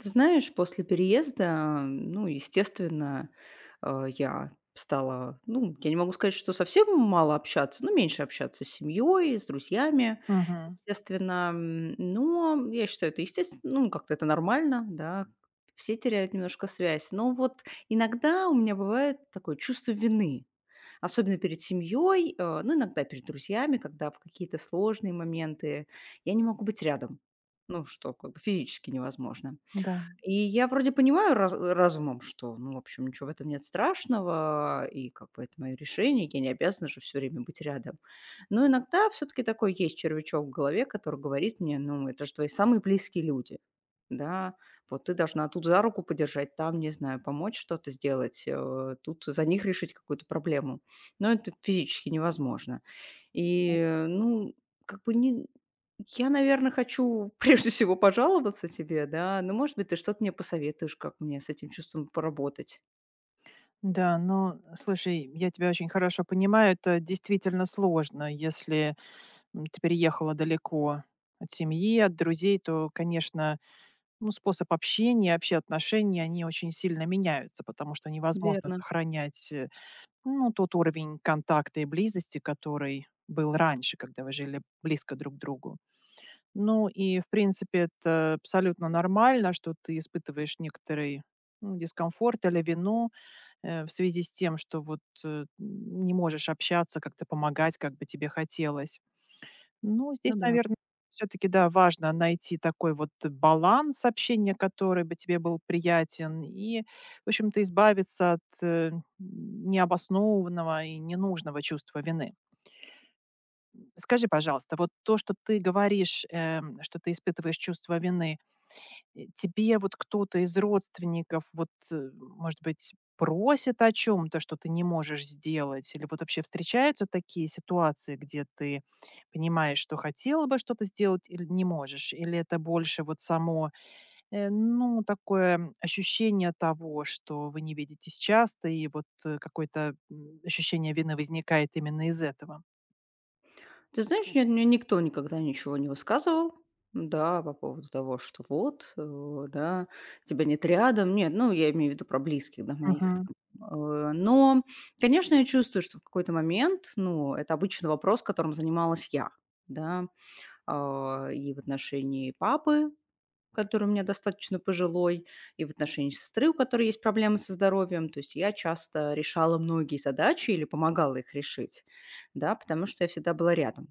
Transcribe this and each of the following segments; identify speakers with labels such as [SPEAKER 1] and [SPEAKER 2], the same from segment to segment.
[SPEAKER 1] Ты знаешь, после переезда, ну, естественно, я стала, ну, я не могу сказать, что совсем мало общаться, но меньше общаться с семьей, с друзьями,
[SPEAKER 2] Мгм.
[SPEAKER 1] естественно. Но я считаю, это естественно, ну, как-то это нормально, да, все теряют немножко связь. Но вот иногда у меня бывает такое чувство вины, особенно перед семьей, ну, иногда перед друзьями, когда в какие-то сложные моменты я не могу быть рядом, ну, что как бы физически невозможно.
[SPEAKER 2] Да,
[SPEAKER 1] И я вроде понимаю разумом, что, ну, в общем, ничего в этом нет страшного, и как бы это мое решение, я не обязана же все время быть рядом. Но иногда все таки такой есть червячок в голове, который говорит мне: "Ну, это же твои самые близкие люди, да, вот ты должна тут за руку подержать, там, не знаю, помочь что-то сделать, тут за них решить какую-то проблему". Но это физически невозможно. И, ну, как бы не я, наверное, хочу прежде всего пожаловаться тебе, да, но, может быть, ты что-то мне посоветуешь, как мне с этим чувством поработать.
[SPEAKER 2] да, ну, слушай, я тебя очень хорошо понимаю, это действительно сложно, если ты переехала далеко от семьи, от друзей, то, конечно, ну, способ общения, вообще отношения, они очень сильно меняются, потому что невозможно
[SPEAKER 1] Верно,
[SPEAKER 2] сохранять, ну, тот уровень контакта и близости, который был раньше, когда вы жили близко друг к другу. Ну, и, в принципе, это абсолютно нормально, что ты испытываешь некоторый ну, дискомфорт или вину, в связи с тем, что вот, не можешь общаться, как-то помогать, как бы тебе хотелось. Ну, здесь,
[SPEAKER 1] ну да.
[SPEAKER 2] наверное, все таки да, важно найти такой вот баланс общения, который бы тебе был приятен, и, в общем-то, избавиться от, необоснованного и ненужного чувства вины. Скажи, пожалуйста, вот то, что ты говоришь, что ты испытываешь чувство вины. Тебе вот кто-то из родственников вот, может быть, просит о чем то что ты не можешь сделать? Или вот вообще встречаются такие ситуации, где ты понимаешь, что хотела бы что-то сделать или не можешь? Или это больше вот само, ну, такое ощущение того, что вы не видитесь часто, и вот, какое-то, ощущение вины возникает именно из этого?
[SPEAKER 1] Ты знаешь, нет, мне никто никогда ничего не высказывал, да, по поводу того, что вот, да, тебя нет рядом. Нет, ну, я имею в виду про близких, да, моих
[SPEAKER 2] Мгм.
[SPEAKER 1] там. Но, конечно, я чувствую, что в какой-то момент, ну, это обычно вопрос, которым занималась я, да, и в отношении папы, который у меня достаточно пожилой, и в отношении сестры, у которой есть проблемы со здоровьем. То есть я часто решала многие задачи или помогала их решить, да, потому что я всегда была рядом.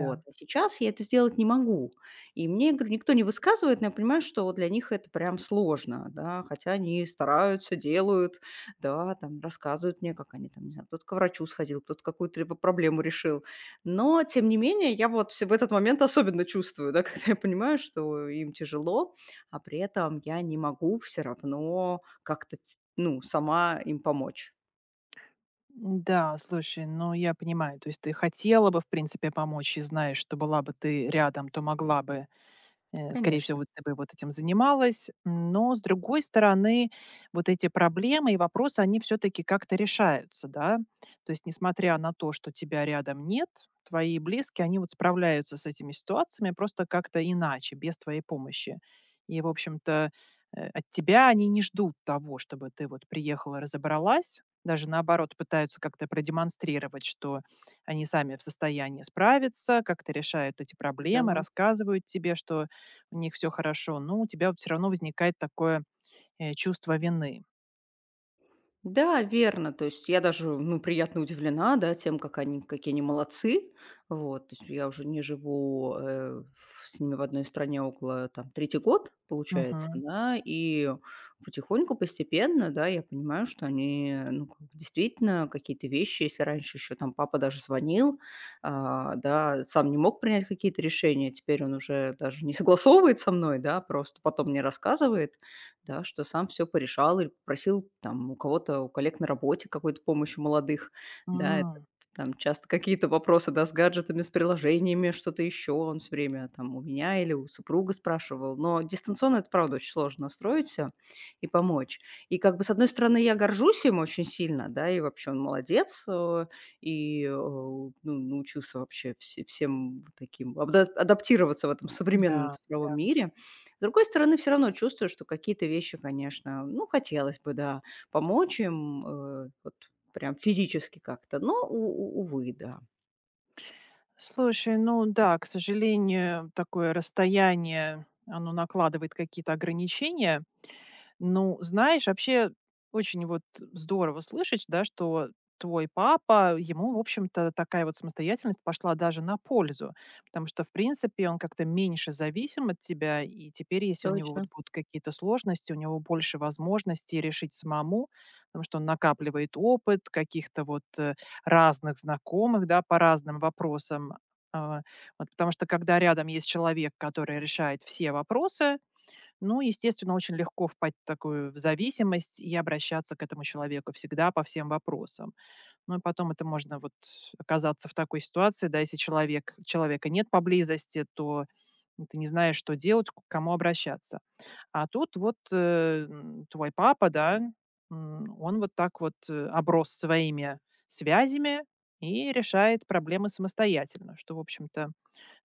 [SPEAKER 2] Да.
[SPEAKER 1] А сейчас я это сделать не могу. И мне, говорю, никто не высказывает, но я понимаю, что вот для них это прям сложно, да, хотя они стараются, делают, да, там рассказывают мне, как они там, не знаю, кто-то к врачу сходил, кто-то какую-то либо проблему решил. Но, тем не менее, я вот всё в этот момент особенно чувствую, да, когда я понимаю, что им тяжело, а при этом я не могу все равно как-то, ну, сама им помочь.
[SPEAKER 2] Да, слушай, ну я понимаю, то есть ты хотела бы, в принципе, помочь и знаешь, что была бы ты рядом, то могла бы скорее всего,
[SPEAKER 1] Конечно,
[SPEAKER 2] вот ты бы вот этим занималась. Но, с другой стороны, вот эти проблемы и вопросы, они все-таки как-то решаются, да. То есть, несмотря на то, что тебя рядом нет, твои близкие, они вот справляются с этими ситуациями просто как-то иначе, без твоей помощи. И, в общем-то, от тебя они не ждут того, чтобы ты вот приехала, разобралась. Даже наоборот, пытаются как-то продемонстрировать, что они сами в состоянии справиться, как-то решают эти проблемы,
[SPEAKER 1] да.
[SPEAKER 2] рассказывают тебе, что у них все хорошо, но у тебя все равно возникает такое, чувство вины.
[SPEAKER 1] Да, верно. То есть я даже, ну, приятно удивлена, да, тем, как они, какие они молодцы. Вот, то есть я уже не живу с ними в одной стране около там третий год, получается,
[SPEAKER 2] Мгм.
[SPEAKER 1] да, и потихоньку, постепенно, да, я понимаю, что они, ну, как бы действительно какие-то вещи, если раньше еще там папа даже звонил, да, сам не мог принять какие-то решения, теперь он уже даже не согласовывает со мной, да, просто потом мне рассказывает, да, что сам все порешал или попросил там у кого-то, у коллег на работе какой-то помощи у молодых, да. Это
[SPEAKER 2] М.
[SPEAKER 1] там часто какие-то вопросы, да, с гаджетами, с приложениями, что-то еще он всё время там у меня или у супруга спрашивал. Но дистанционно это, правда, очень сложно настроить всё и помочь. И как бы, с одной стороны, я горжусь им очень сильно, да, и вообще он молодец, и, ну, научился вообще всем вот таким абда адаптироваться в этом современном
[SPEAKER 2] Да,
[SPEAKER 1] цифровом
[SPEAKER 2] да.
[SPEAKER 1] мире. С другой стороны, все равно чувствую, что какие-то вещи, конечно, ну, хотелось бы, да, помочь им, вот прям физически как-то, но у увы, да.
[SPEAKER 2] Слушай, ну да, к сожалению, такое расстояние, оно накладывает какие-то ограничения. Ну, знаешь, вообще очень вот здорово слышать, да, что твой папа, ему, в общем-то, такая вот самостоятельность пошла даже на пользу, потому что, в принципе, он как-то меньше зависим от тебя, и теперь, если у него вот
[SPEAKER 1] Точно,
[SPEAKER 2] будут какие-то сложности, у него больше возможностей решить самому, потому что он накапливает опыт каких-то вот разных знакомых, да, по разным вопросам. А, вот, потому что когда рядом есть человек, который решает все вопросы, ну, естественно, очень легко впасть в такую в зависимость и обращаться к этому человеку всегда по всем вопросам. Ну и потом это можно вот оказаться в такой ситуации, да, если человека нет поблизости, то ты не знаешь, что делать, к кому обращаться. А тут вот твой папа, да, он вот так вот оброс своими связями и решает проблемы самостоятельно, что, в общем-то,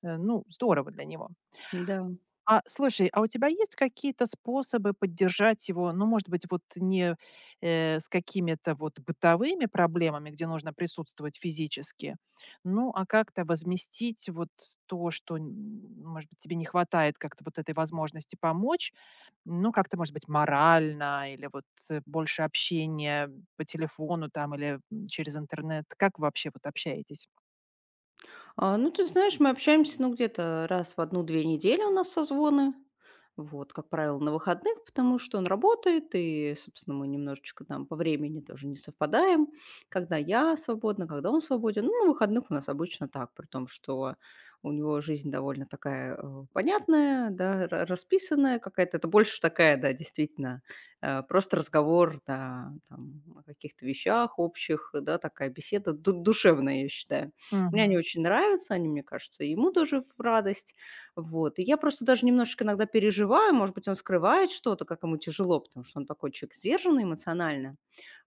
[SPEAKER 2] ну, здорово для него.
[SPEAKER 1] да.
[SPEAKER 2] А слушай, а у тебя есть какие-то способы поддержать его? Ну, может быть, вот не с какими-то вот бытовыми проблемами, где нужно присутствовать физически, ну, а как-то возместить вот то, что, может быть, тебе не хватает как-то вот этой возможности помочь, ну, как-то, может быть, морально или вот больше общения по телефону там или через интернет. Как вы вообще вот общаетесь?
[SPEAKER 1] А, ну, ты знаешь, мы общаемся, ну, где-то раз в одну-две недели у нас созвоны. Вот, как правило, на выходных, потому что он работает, и, собственно, мы немножечко там по времени тоже не совпадаем, когда я свободна, когда он свободен. Ну, на выходных у нас обычно так, при том, что у него жизнь довольно такая понятная, да, расписанная какая-то. Это больше такая, да, действительно, просто разговор, да, там, о каких-то вещах общих, да, такая беседа душевная, я считаю. Мне они
[SPEAKER 2] Мгм.
[SPEAKER 1] очень нравятся, они, мне кажется, и ему тоже в радость. Вот. И я просто даже немножечко иногда переживаю, может быть, он скрывает что-то, как ему тяжело, потому что он такой человек сдержанный эмоционально.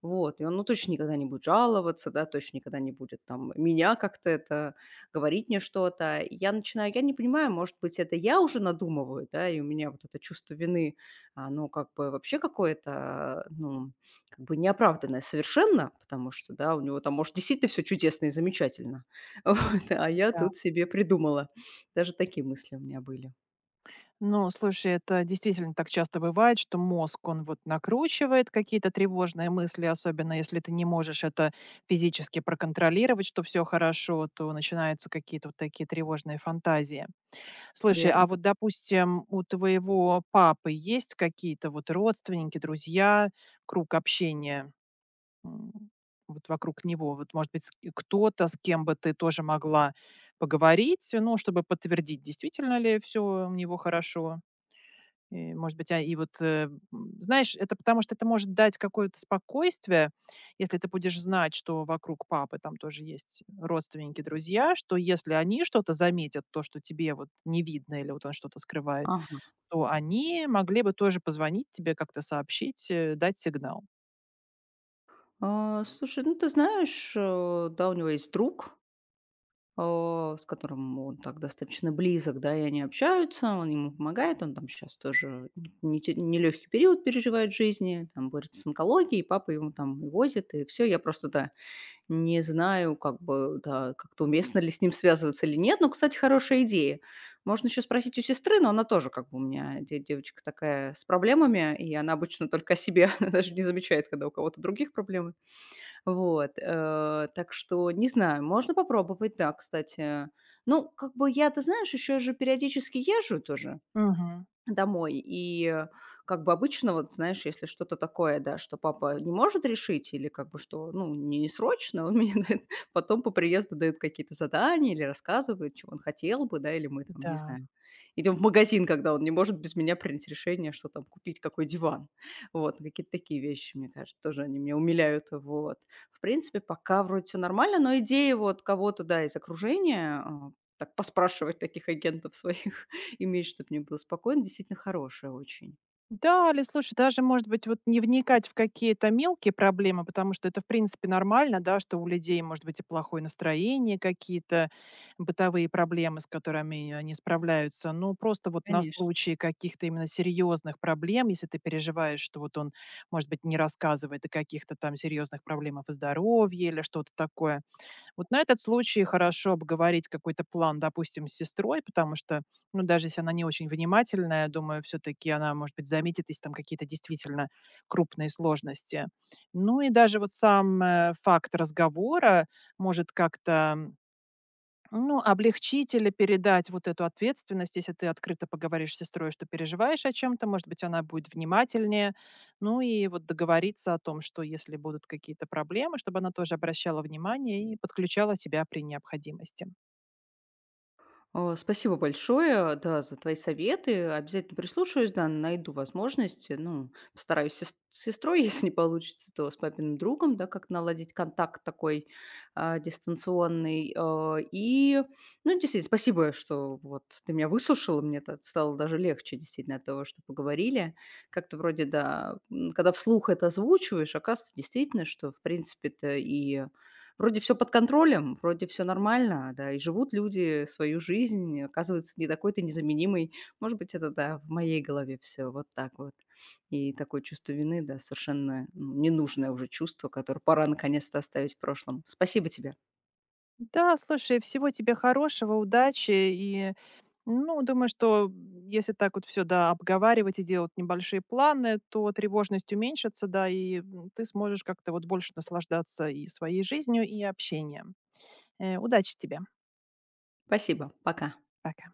[SPEAKER 1] Вот. И он, ну, точно никогда не будет жаловаться, да, точно никогда не будет там меня как-то это говорить мне что-то. И я начинаю, я не понимаю, может быть, это я уже надумываю, да, и у меня вот это чувство вины, оно как бы вообще какое-то, ну, как бы неоправданное совершенно, потому что, да, у него там, может, действительно все чудесно и замечательно, вот, а я тут себе придумала. Даже такие мысли у меня были.
[SPEAKER 2] Ну, слушай, это действительно так часто бывает, что мозг, он вот накручивает какие-то тревожные мысли, особенно если ты не можешь это физически проконтролировать, что все хорошо, то начинаются какие-то вот такие тревожные фантазии. Слушай,
[SPEAKER 1] Верно.
[SPEAKER 2] а вот, допустим, у твоего папы есть какие-то вот родственники, друзья, круг общения м, вот вокруг него? Вот, может быть, кто-то, с кем бы ты тоже могла поговорить, ну, чтобы подтвердить, действительно ли все у него хорошо? И, может быть, а, и вот, знаешь, это потому что это может дать какое-то спокойствие, если ты будешь знать, что вокруг папы там тоже есть родственники, друзья, что если они что-то заметят, то, что тебе вот не видно или вот он что-то скрывает,
[SPEAKER 1] Ага.
[SPEAKER 2] то они могли бы тоже позвонить тебе, как-то сообщить, дать сигнал.
[SPEAKER 1] А, слушай, ну ты знаешь, да, у него есть друг, с которым он так достаточно близок, да, и они общаются, он ему помогает, он там сейчас тоже нелегкий период переживает в жизни, там борется с онкологией, папа ему там и возит, и все. Я просто, да, не знаю, как бы, да, как-то уместно ли с ним связываться или нет. Но, кстати, хорошая идея. Можно еще спросить у сестры, но она тоже, как бы, у меня девочка такая с проблемами, и она обычно только о себе, она даже не замечает, когда у кого-то других проблемы. Вот, так что, не знаю, можно попробовать, да, кстати. Ну, как бы я, ты знаешь, еще же периодически езжу тоже
[SPEAKER 2] Мгм.
[SPEAKER 1] домой. И как бы обычно, вот знаешь, если что-то такое, да, что папа не может решить или как бы что, ну, не срочно, он мне дает, потом по приезду дает какие-то задания или рассказывает, чего он хотел бы, да, или мы там, не
[SPEAKER 2] Да.
[SPEAKER 1] знаю, идем в магазин, когда он не может без меня принять решение, что там купить, какой диван. Вот, какие-то такие вещи, мне кажется, тоже они меня умиляют. Вот. В принципе, пока вроде все нормально, но идея вот кого-то, да, из окружения, так поспрашивать таких агентов своих иметь, чтобы мне было спокойно, действительно хорошая очень.
[SPEAKER 2] Да, или слушай, даже, может быть, вот не вникать в какие-то мелкие проблемы, потому что это, в принципе, нормально, да, что у людей может быть и плохое настроение, какие-то бытовые проблемы, с которыми они справляются. Ну, просто вот на
[SPEAKER 1] Конечно.
[SPEAKER 2] случай каких-то именно серьезных проблем, если ты переживаешь, что вот он, может быть, не рассказывает о каких-то там серьезных проблемах и здоровье или что-то такое, вот на этот случай хорошо обговорить какой-то план, допустим, с сестрой, потому что, ну, даже если она не очень внимательная, думаю, все-таки она, может быть, заметит, если там какие-то действительно крупные сложности. Ну и даже вот сам факт разговора может как-то ну, облегчить или передать вот эту ответственность, если ты открыто поговоришь с сестрой, что переживаешь о чем-то, может быть, она будет внимательнее. Ну и вот договориться о том, что если будут какие-то проблемы, чтобы она тоже обращала внимание и подключала тебя при необходимости.
[SPEAKER 1] А, спасибо большое, да, за твои советы. Обязательно прислушаюсь, да, найду возможности ну, постараюсь с сестрой, если не получится, то с папиным другом, да, как наладить контакт такой, дистанционный. А, и, ну, действительно, спасибо, что вот ты меня выслушала, мне стало даже легче, действительно, от того, что поговорили. Как-то вроде, да, когда вслух это озвучиваешь, оказывается, действительно, что, в принципе-то, и вроде все под контролем, вроде все нормально, да, и живут люди свою жизнь, оказывается, не такой то незаменимый. Может быть, это, да, в моей голове все вот так вот. И такое чувство вины, да, совершенно, ну, ненужное уже чувство, которое пора наконец-то оставить в прошлом. Спасибо тебе.
[SPEAKER 2] Да, слушай, всего тебе хорошего, удачи и ну, думаю, что если так вот все, да, обговаривать и делать небольшие планы, то тревожность уменьшится, да, и ты сможешь как-то вот больше наслаждаться и своей жизнью, и общением. Удачи тебе.
[SPEAKER 1] Спасибо. Пока.
[SPEAKER 2] Пока.